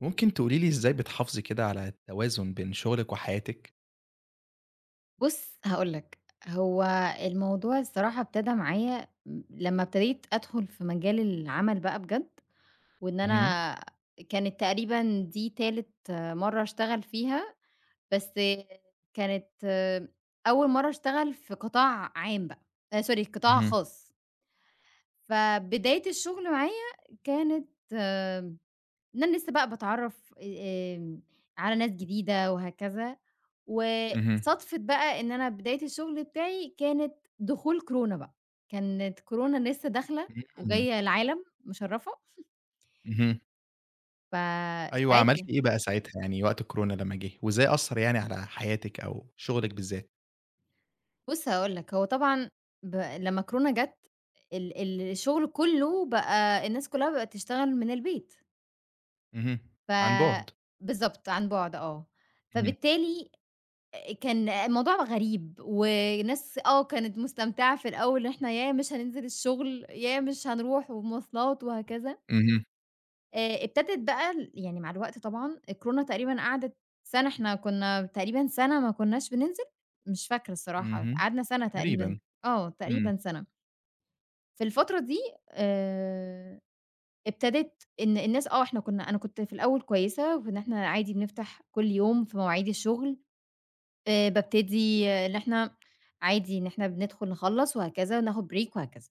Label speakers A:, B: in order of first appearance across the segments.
A: ممكن تقولي لي إزاي بتحافظي كده على التوازن بين شغلِك وحياتِك؟
B: بُص، هاقول لك، هو الموضوع الصراحة ابتدى معايا لمّا ابتديت أدخل في مجال العمل بقى بجد، وإن
A: اهم،
B: أنا كانت تقريبًا دي تالت مرّة أشتغل فيها، بس كانت أول مرّة أشتغل في قطاع عام بقى sorry، قطاع
A: اهم،
B: خاص، فبداية الشغل معايا كانت إن أنا لسه بقى باتعرّف آمم على ناس جديدة وهكذا،
A: اهم،
B: وصادفِت بقى إن أنا بداية الشغل بتاعي كانت دخول كورونا بقى، كانت كورونا لسه داخلة
A: إمم،
B: وجاية العالم مشرّفة،
A: اهم. أيوه، عملتِ
B: فساعتها.
A: إيه بقى ساعتها يعني وقت الكورونا لمّا جه، وإزاي أثّر يعني على حياتِك أو شغلِك بالذات؟
B: بُص، هاقول لك، هو طبعًا لمّا كورونا جَت ال ال الشغل كُلّه بقى الناس كُلّها بقت تشتغل من البيت،
A: اهم،
B: ف
A: عن بُعد.
B: بالضبط، عن بُعد آه،
A: اهم،
B: فبالتالي كان الموضوع غريب، وناس كانت مستمتعة في الأول إن إحنا ياه مش هننزل الشغل، ياه مش هنروح ومواصلات وهكذا.
A: اهم،
B: ابتدت بقى يعني مع الوقت طبعًا، الكورونا تقريبًا قعدت سَنة، إحنا كنا تقريبًا سَنة ما كناش بننزل، مش فاكرة الصراحة،
A: اهم،
B: قعدنا سَنة تقريبًا،
A: تقريبًا،
B: آه،
A: إمم.
B: تقريبًا سَنة. في الفترة دي آآ ابتدت إن الناس إحنا كنا أنا كنت في الأول كويسة، وإن إحنا عادي بنفتح كل يوم في مواعيد الشغل. بابتدي إن إحنا عادي إن إحنا بندخل نخلّص وهكذا، ناخد break وهكذا.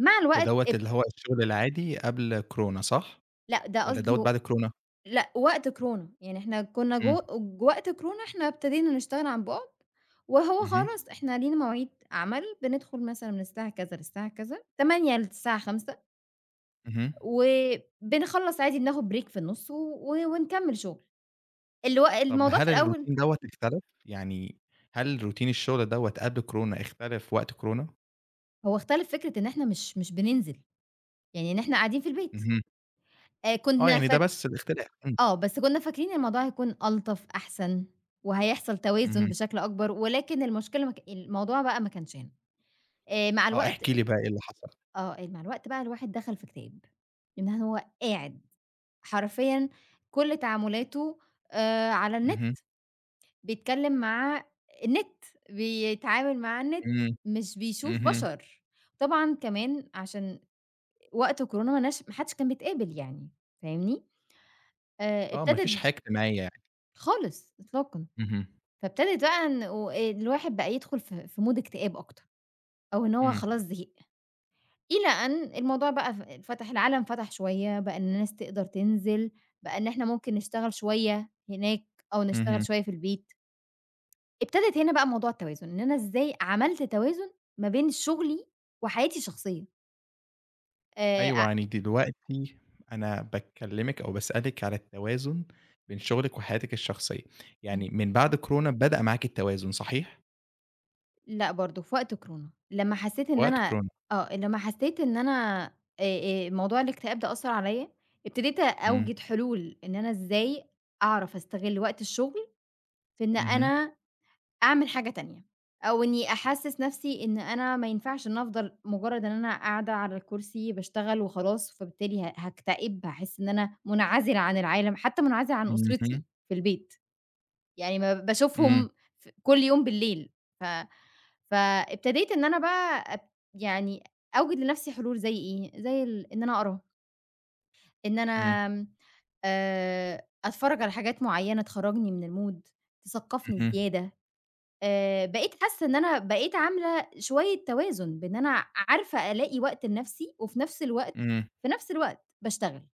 B: مع
A: ده
B: الوقت
A: دوّة اللي هو الشغل العادي قبل كورونا صح؟
B: لأ، ده
A: والّا دوّة
B: قصدي
A: بعد كورونا؟
B: لأ، وقت كورونا، يعني إحنا كنا
A: إمم،
B: جو، وقت كورونا إحنا ابتدينا نشتغل عن بُعد، وهو
A: اهم،
B: خلاص إحنا لينا مواعيد عمل، بندخل مثلًا من الساعة كذا للساعة كذا، 08:00 للساعة 17:00،
A: اهم.
B: وبنخلّص عادي، بناخد break في النُص و ونكمّل شُغل.
A: طب
B: الموضوع
A: هل
B: في الأول
A: الروتين دوّة اختلف؟ يعني هل روتين الشغل دوّة قبل كورونا اختلف وقت كورونا؟
B: هو اختلف فكرة إن إحنا مش بننزل، يعني إن إحنا قاعدين في البيت.
A: اهم. آه،
B: كنا
A: يعني
B: فا
A: ده بس الاختلاف، إمم،
B: آه، بس كُنّا فاكرين الموضوع هيكون ألطف، أحسن، وهيحصل توازن
A: اهم،
B: بشكل أكبر، ولكن المشكلة ما ك الموضوع بقى ما كانش هنا. آآ، مع
A: آه،
B: الوقت
A: احكِ لي بقى إيه اللي حصل؟
B: مع الوقت بقى الواحد دخل في اكتئاب، إن هو قاعد حرفيًا كل تعاملاته على
A: اهم،
B: النت، بيتكلّم مع النت، بيتعامل مع النت،
A: إمم،
B: مش بيشوف
A: اهم،
B: بشر. طبعًا كمان عشان وقت الكورونا ما حدش كان بيتقابل يعني، فاهمني؟
A: آه، ما فيش
B: ابتدت
A: حاجة اجتماعية يعني،
B: خالص إطلاقًا.
A: اهم،
B: فابتدت بقى والواحد بقى يدخل في مود اكتئاب أكتر، أو إن هو
A: إمم،
B: خلاص زهق، إلى أن الموضوع بقى اتفتح العالم فتح شوية، بقى إن الناس تقدر تنزل، بقى إن إحنا ممكن نشتغل شوية هناك أو نشتغل
A: اهم،
B: شوية في البيت، ابتدت هنا بقى موضوع التوازن، إن أنا إزاي عملت توازن ما بين شغلي وحياتي الشخصية
A: أيوه،
B: ع
A: يعني دلوقتي أنا باكلمِك أو باسألِك على التوازن بين شغلِك وحياتِك الشخصية، يعني
B: إمم.
A: من بعد كورونا بدأ معاكِ التوازن صحيح؟
B: لأ برضه، في وقت كورونا،
A: وقت كورونا،
B: لمّا حسّيت إن أنا موضوع الاكتئاب ده أثّر عليّا، ابتديت
A: إمم،
B: أوجد حلول إن أنا إزاي أعرف أستغل وقت الشغل في إن
A: اهم،
B: أنا أعمل حاجة تانية، أو إنّي أحسّس نَفْسي إن أنا ما ينفعش إن أفضل مُجرّد إن أنا قاعدة على الكرسي باشتغل وخلاص، فبالتالي هاكتئب، هاحس إن أنا مُنعزلة عن العالم، حتّى مُنعزلة عن
A: اهم،
B: أسرتي في البيت. يعني ما
A: إمم،
B: باشوفهم ف كل يوم بالليل، ف فابتديت إن أنا بقى يعني أوجد لنفسي حلول زي إيه، زي إن أنا أقرا، إن
A: إمم،
B: أنا آمم أتفرّج على حاجات معيّنة تخرّجني من الmood، تثقّفني
A: اهم،
B: زيادة، بقيت حاسّة إن أنا بقيت عاملة شوية توازن بإن أنا عارفة ألاقي وقت لنفسي، وفي نفس الوقت
A: إمم،
B: في نفس الوقت باشتغل،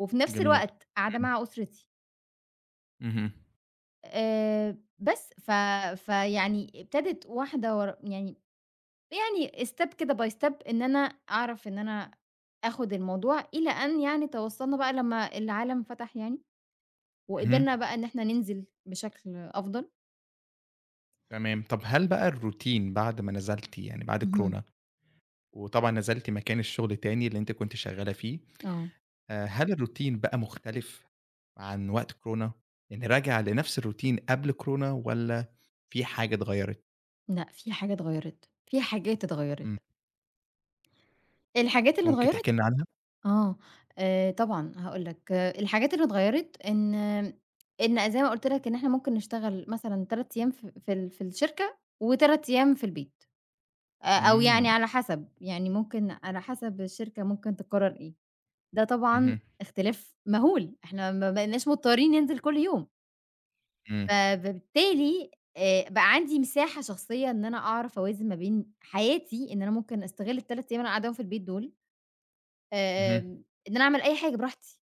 B: وفي نفس
A: جميل،
B: الوقت قاعدة
A: إمم،
B: مع أسرتي.
A: اهم،
B: بس، فيعني ابتدت واحدة ورا يعني، يعني step كده by step إن أنا أعرف إن أنا آخُد الموضوع، إلى أن يعني توصّلنا بقى لمّا العالم فتح يعني،
A: اهم،
B: وقدرنا بقى إن إحنا ننزل بشكل أفضل.
A: تمام، طب هل بقى الروتين بعد ما نزلتِ يعني بعد
B: اهم،
A: كورونا وطبعًا نزلتِ مكان الشغل تاني اللي أنتِ كنتِ شغّالة فيه،
B: آه،
A: هل الروتين بقى مختلف عن وقت كورونا؟ يعني راجع لنفس الروتين قبل كورونا والّا في حاجة اتغيّرت؟
B: لأ، في حاجة اتغيّرت، في حاجات اتغيّرت.
A: إمم،
B: الحاجات اللي
A: ممكن
B: اتغيّرت
A: تحكي لنا عنها؟
B: آه، طبعًا هاقول لك، الحاجات اللي اتغيّرت إن زي ما قُلت لك إن إحنا ممكن نشتغل مثلًا 3 أيام في الشركة و3 أيام في البيت، أو
A: إمم،
B: يعني على حسب، يعني ممكن على حسب الشركة ممكن تقرر إيه، ده طبعًا
A: اهم،
B: اختلاف مهول، إحنا ما بقيناش مضطرين ننزل كل يوم،
A: إمم،
B: فبالتالي بقى عندي مساحة شخصية إن أنا أعرف أوازن ما بين حياتي، إن أنا ممكن أستغل ال3 أيام اللي أنا قاعداهم في البيت دول،
A: اهم.
B: إن أنا أعمل أي حاجة براحتي،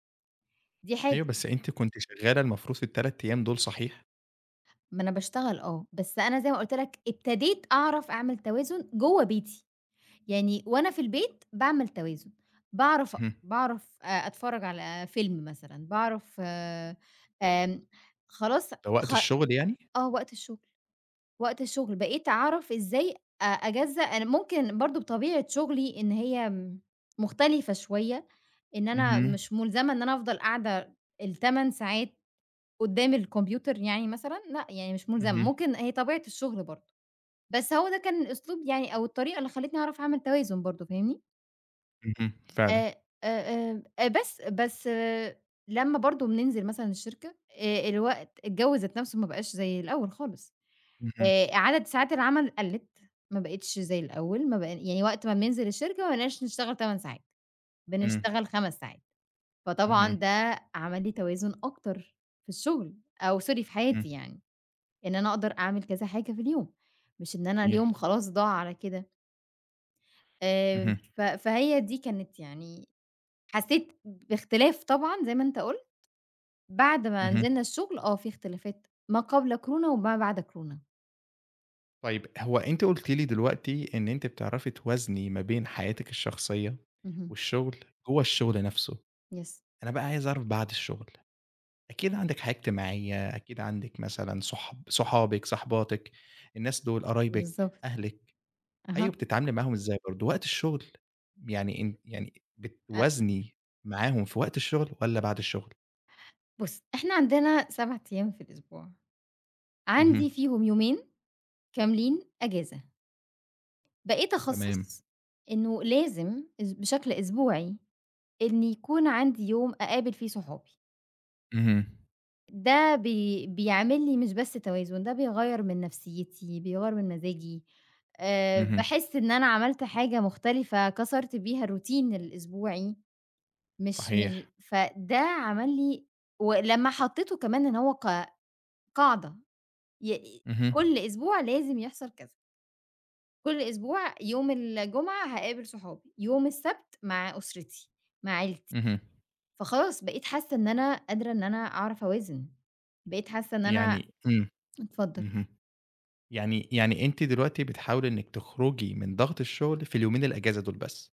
B: دي حاجة.
A: أيوه، بس أنتِ كنتِ شغّالة المفروض في ال3 أيام دول صحيح؟
B: ما أنا باشتغل آه، بس أنا زي ما قُلت لك ابتديت أعرف أعمل توازن جوّه بيتي، يعني وأنا في البيت باعمل توازن، باعرف أقرا،
A: اهم،
B: باعرف أ أتفرّج على فيلم مثلًا، باعرف آمم خلاص،
A: ده وقت
B: خ
A: الشغل يعني؟
B: آه، وقت الشغل، وقت الشغل بقيت أعرف إزاي أ أجزّأ، أنا ممكن برضه بطبيعة شغلي إن هي مختلفة شوية، إن أنا
A: اهم،
B: مش ملزمة إن أنا أفضل قاعدة ال8 ساعات قدّام الكمبيوتر يعني مثلًا، لأ، يعني مش ملزمة،
A: اهم،
B: ممكن هي طبيعة الشغل برضه، بس هو ده كان الأسلوب يعني أو الطريقة اللي خلّتني أعرف أعمل توازن برضه، فاهمني؟
A: اهم، فعلًا،
B: آآ، بس لمّا برضه بننزل مثلًا الشركة، الجو ذات نفسه ما بقاش زي الأول خالص،
A: اهم،
B: عدد ساعات العمل قلِّت، ما بقِتش زي الأول، ما بق يعني وقت ما بننزل الشركة ما بقيناش نشتغل 8 ساعات،
A: إمم،
B: بنشتغل 5 ساعات،
A: اهم،
B: فطبعًا ده عمل لي توازن أكتر في الشغل، أو sorry في
A: اهم،
B: حياتي يعني. إن أنا أقدر أعمل كذا حاجة في اليوم، مش إن أنا
A: جميل،
B: اليوم خلاص ضاع على كده.
A: اهم،
B: ف فهي دي كانت يعني، حسيت باختلاف طبعًا زي ما أنت قُلت، بعد ما
A: اهم.
B: نزلنا الشغل آه، في اختلافات ما قبل كورونا وما بعد كورونا.
A: طيب هو أنتِ قُلتِ لي دلوقتي إن أنتِ بتعرفي توازني ما بين حياتِك الشخصية
B: اهم.
A: والشغل جوّه الشغل نَفْسه،
B: Yes.
A: أنا بقى عايز أعرف بعد الشغل، أكيد عندِك حياة اجتماعية، أكيد عندِك مثلًا صحابِك، صاحباتِك، الناس دول قرايبِك،
B: بالضبط.
A: أهلِك، أيوه
B: أها.
A: بتتعاملي معاهم إزاي برضه؟ وقت الشغل يعني إن يعني
B: أ
A: بتوازني معاهم في وقت الشغل والّا بعد الشغل؟
B: بُص، إحنا عندنا 7 أيام في الأسبوع،
A: اهم،
B: عندي فيهم يومين كاملين أجازة. بقيت
A: تمام،
B: أخصّص إنه لازم بشكل أسبوعي إن يكون عندي يوم أقابل فيه صحابي.
A: اهم،
B: ده بيعمل لي مش بس توازن، ده بيغيّر من نفسيتي، بيغيّر من مزاجي،
A: اهم،
B: باحس إن أنا عملت حاجة مختلفة، كسرت بيها الروتين الأسبوعي، مش
A: صحيح،
B: فده عمل لي، ولمّا حطّيته كمان إن هو قاعدة، ي
A: اهم،
B: كل أسبوع لازم يحصل كذا، كل أسبوع يوم الجمعة هاقابل صحابي، يوم السبت مع أسرتي، مع عيلتي،
A: اهم،
B: فخلاص بقيت حاسة إن أنا قادرة إن أنا أعرف أوازن، بقيت حاسة إن أنا
A: يعني إمم،
B: اتفضل.
A: اهم. يعني يعني أنتِ دلوقتي بتحاولي إنِّك تخرجي من ضغط الشغل في اليومين الأجازة دول بس.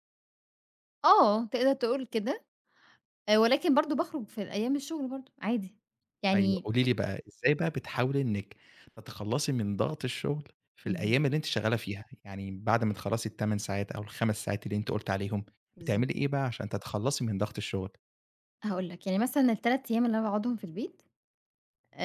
B: آه، تقدر تقول كده، ولكن برضه باخرج في أيام الشغل برضه عادي،
A: أيوه،
B: يعني
A: قولي لي بقى إزاي بقى بتحاولي إنِّك تتخلّصي من ضغط الشغل في
B: اهم،
A: الأيام اللي أنتِ شغّالة فيها؟ يعني بعد ما تخلّصي ال8 ساعات أو ال5 ساعات اللي أنتِ قُلتِ عليهم،
B: بالضبط،
A: بتعملي إيه بقى عشان تتخلّصي من ضغط الشغل؟
B: هاقول لك، يعني مثلًا ال3 أيام اللي أنا باقعدهم في البيت،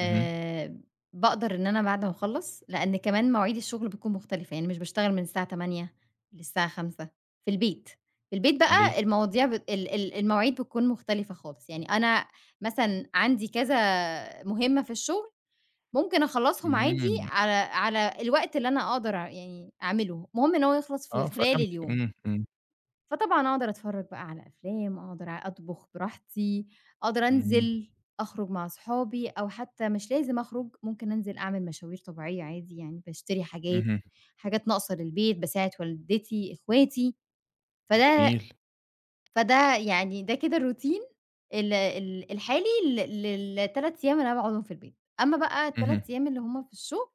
A: اهم،
B: باقدر إن أنا بعد ما أخلّص، لأن كمان مواعيد الشغل بتكون مختلفة، يعني مش باشتغل من الساعة 08:00 للساعة 17:00 في البيت، في البيت
A: أومال
B: بقى
A: إيه؟
B: المواضيع بت ال ال المواعيد بتكون مختلفة خالص، يعني أنا مثلًا عندي كذا مهمة في الشغل، ممكن أخلّصهم عادي
A: إمم،
B: على الوقت اللي أنا أقدر يعني أعمله، المهم إن هو يخلص في
A: آه
B: خلال
A: فهمتِك،
B: اليوم،
A: إمم، إمم،
B: فطبعًا أقدر أتفرّج بقى على أفلام، أقدر أطبخ براحتي، أقدر
A: إمم،
B: أنزل أخرج مع صحابي، أو حتى مش لازم أخرج، ممكن أنزل أعمل مشاوير طبيعية عادي، يعني باشتري حاجات،
A: اهم،
B: حاجات ناقصة للبيت، باساعد والدتي، إخواتي، فده،
A: جميل،
B: يعني ده كده الروتين ال ال الحالي لل3 أيام اللي أنا باقعدهم في البيت، أمّا بقى
A: اهم.
B: ال3 أيام اللي هُم في الشغل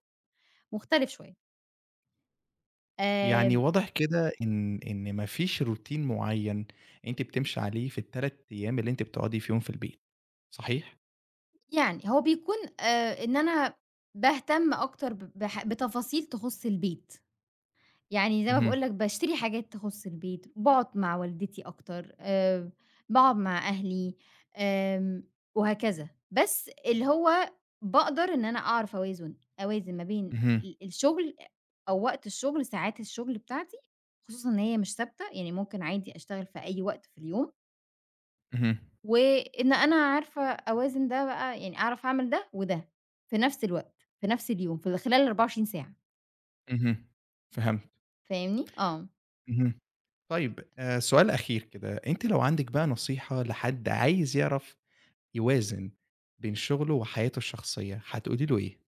B: مختلف شوية، آآ
A: يعني واضح كده إن ما فيش روتين معيّن أنتِ بتمشي عليه في ال3 أيام اللي أنتِ بتقعدي فيهم في البيت، صحيح؟
B: يعني هو بيكون إن أنا باهتم أكتر ب بح بتفاصيل تخُص البيت، يعني زي ما
A: اهم،
B: باقول لك باشتري حاجات تخُص البيت، باقعد مع والدتي أكتر، باقعد مع أهلي، آمم وهكذا، بس اللي هو باقدر إن أنا أعرف أوازن، أوازن ما بين
A: اهم،
B: الشغل أو وقت الشغل، ساعات الشغل بتاعتي، خصوصًا إن هي مش ثابتة، يعني ممكن عادي أشتغل في أي وقت في اليوم.
A: اهم،
B: وإن أنا عارفة أوازن ده بقى يعني أعرف أعمل ده وده، في نفس الوقت، في نفس اليوم، في خلال ال24 ساعة،
A: اهم، فهمت،
B: فاهمني؟ آه.
A: اهم. طيب سؤال أخير كده، أنتِ لو عندِك بقى نصيحة لحد عايز يعرف يوازن بين شغله وحياته الشخصية، هتقولي له إيه؟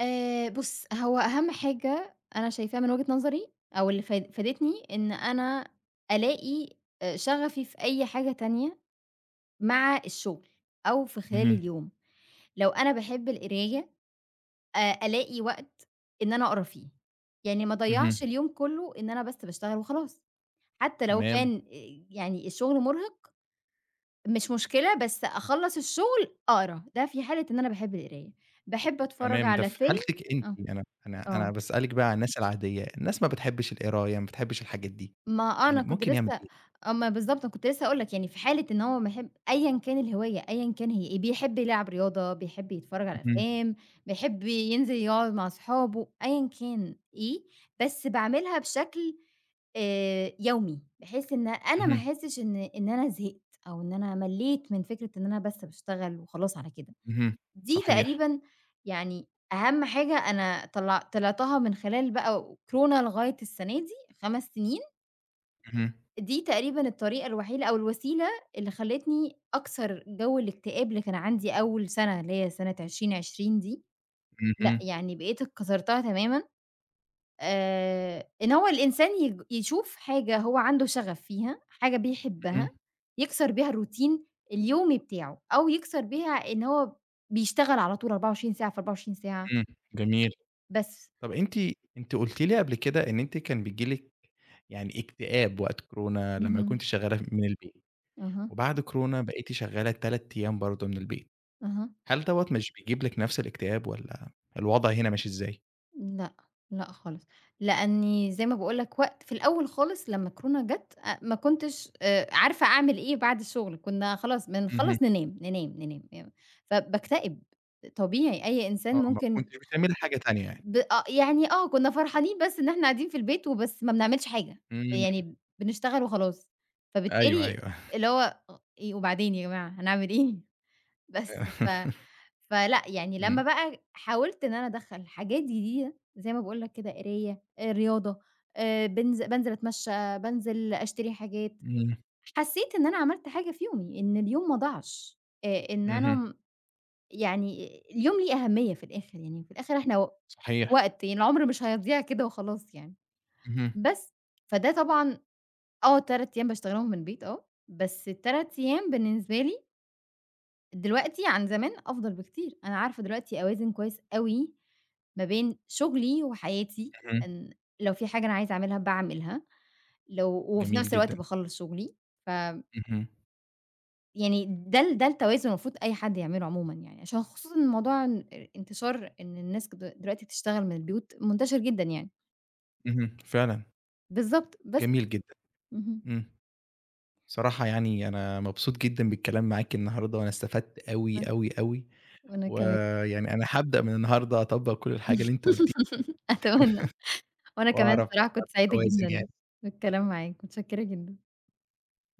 B: بُص، هو أهم حاجة أنا شايفاها من وجهة نظري أو اللي فادتني، إن أنا ألاقي شغفي في أي حاجة تانية مع الشغل أو في خلال
A: اهم،
B: اليوم، لو أنا باحب القراية ألاقي وقت إن أنا أقرا فيه، يعني ما
A: اهم،
B: أضيّعش اليوم كُلّه إن أنا بس باشتغل وخلاص، حتى لو
A: تمام،
B: كان يعني الشغل مرهق، مش مشكلة، بس أخلّص الشغل أقرا، ده في حالة إن أنا باحب القراية، باحب أتفرّج
A: تمام، ده
B: على
A: في
B: فيلم
A: حالتِك أنتِ،
B: آه،
A: أنا
B: آه،
A: باسألِك بقى على الناس العادية، الناس ما بتحبش القراية، ما بتحبش الحاجات دي.
B: ما
A: يعني
B: أنا كنت
A: ممكن يعمل
B: لسه،
A: إيه؟
B: آه، ما بالضبط أنا كنت لسه هاقول لك يعني في حالة إن هو باحب أيًا كان الهواية، أيًا كان هي إيه، بيحب يلعب رياضة، بيحب يتفرّج على
A: اهم،
B: أفلام، بيحب ينزل يقعد مع صحابه، أيًا كان إيه، بس باعملها بشكل يومي، بحيث إن أنا ما
A: اهم،
B: أحسّش إن أنا زهقت، أو إن أنا ملّيت من فكرة إن أنا بس باشتغل وخلاص على كده.
A: اهم،
B: دي
A: صحيح،
B: تقريبًا يعني أهم حاجة أنا طلعتها من خلال بقى كورونا لغاية السنة دي، 5 سنين،
A: اهم،
B: دي تقريبًا الطريقة الوحيدة أو الوسيلة اللي خلّتني أكسر جو الاكتئاب اللي كان عندي أول سنة اللي هي سنة 2020 دي،
A: اهم،
B: لأ يعني بقيت كسرتها تمامًا، إن هو الإنسان يشوف حاجة هو عنده شغف فيها، حاجة
A: اهم،
B: بيحبها، يكسر بيها الروتين اليومي بتاعه، أو يكسر بيها إن هو بيشتغل على طول 24 ساعة في 24 ساعة.
A: إمم، جميل.
B: بس.
A: طب أنتِ أنتِ قلتِ لي قبل كده إن أنتِ كان بييجي لِك يعني اكتئاب وقت كورونا لمّا
B: اهم.
A: كنتِ شغالة من البيت،
B: أها،
A: وبعد كورونا بقيتِ شغالة 3 أيام برضه من البيت،
B: أها.
A: هل دوّة مش بيجيب لِك نفس الاكتئاب والّا الوضع هنا ماشي إزاي؟
B: لأ، لأ خالص. لأني زي ما باقول لك وقت في الأول خالص لمّا الكورونا جات، ما كنتش عارفة أعمل إيه بعد الشغل، كنا خلاص
A: اهم،
B: بنخلّص ننام، ننام، ننام. فباكتئب، طبيعي أي
A: آه،
B: إنسان
A: ما
B: ممكن.
A: كنتيش بتعملي حاجة تانية يعني.
B: ب أ يعني آه، كنا فرحانين بس إن إحنا قاعدين في البيت وبس ما بنعملش حاجة،
A: إمم،
B: يعني بنشتغل وخلاص.
A: أيوه،
B: فبالتالي
A: أيوه،
B: اللي هو إيه وبعدين يا جماعة هنعمل إيه؟ بس فلأ، يعني لمّا
A: إمم،
B: بقى حاولت إن أنا أدخّل حاجات جديدة زي ما باقول لك كده قراية، رياضة، بانزل أتمشّى، بانزل أشتري حاجات،
A: إمم،
B: حسّيت إن أنا عملت حاجة في يومي، إن اليوم ما ضاعش، إن أنا
A: اهم،
B: م يعني اليوم ليه أهمية في الآخر، يعني في الآخر إحنا و
A: صحيح،
B: وقت، يعني العمر مش هيضيع كده وخلاص يعني،
A: اهم،
B: بس. فده طبعًا آه، 3 أيام باشتغلهم من البيت آه، بس ال3 أيام بالنسبة لي دلوقتي عن زمان أفضل بكتير، أنا عارفة دلوقتي أوازن كويس أوي ما بين شغلي وحياتي،
A: اهم،
B: إن لو في حاجة أنا عايزة أعملها باعملها، لو وفي
A: جميل
B: نفس
A: جدًا.
B: الوقت باخلّص شغلي، ف
A: اهم،
B: يعني ده التوازن المفروض أي حد يعمله عمومًا يعني، عشان خصوصًا موضوع إن انتشار إن الناس دلوقتي بتشتغل من البيوت منتشر جدًا يعني،
A: اهم، فعلًا،
B: بالضبط بس
A: جميل جدًا،
B: اهم،
A: إمم، صراحة يعني أنا مبسوط جدًا بالكلام معاك النهارده، وأنا استفدت أوي،
B: وأن
A: أوي، أوي،
B: وأنا كمان
A: ويعني أنا هابدأ من النهارده أطبّق كل الحاجة اللي أنت قُلتيها،
B: أتمنى، وأنا كمان
A: وأعرف
B: صراحة كنت سعيدة
A: أوازن يعني.
B: جدًا بالكلام معاك، متشكرة جدًا.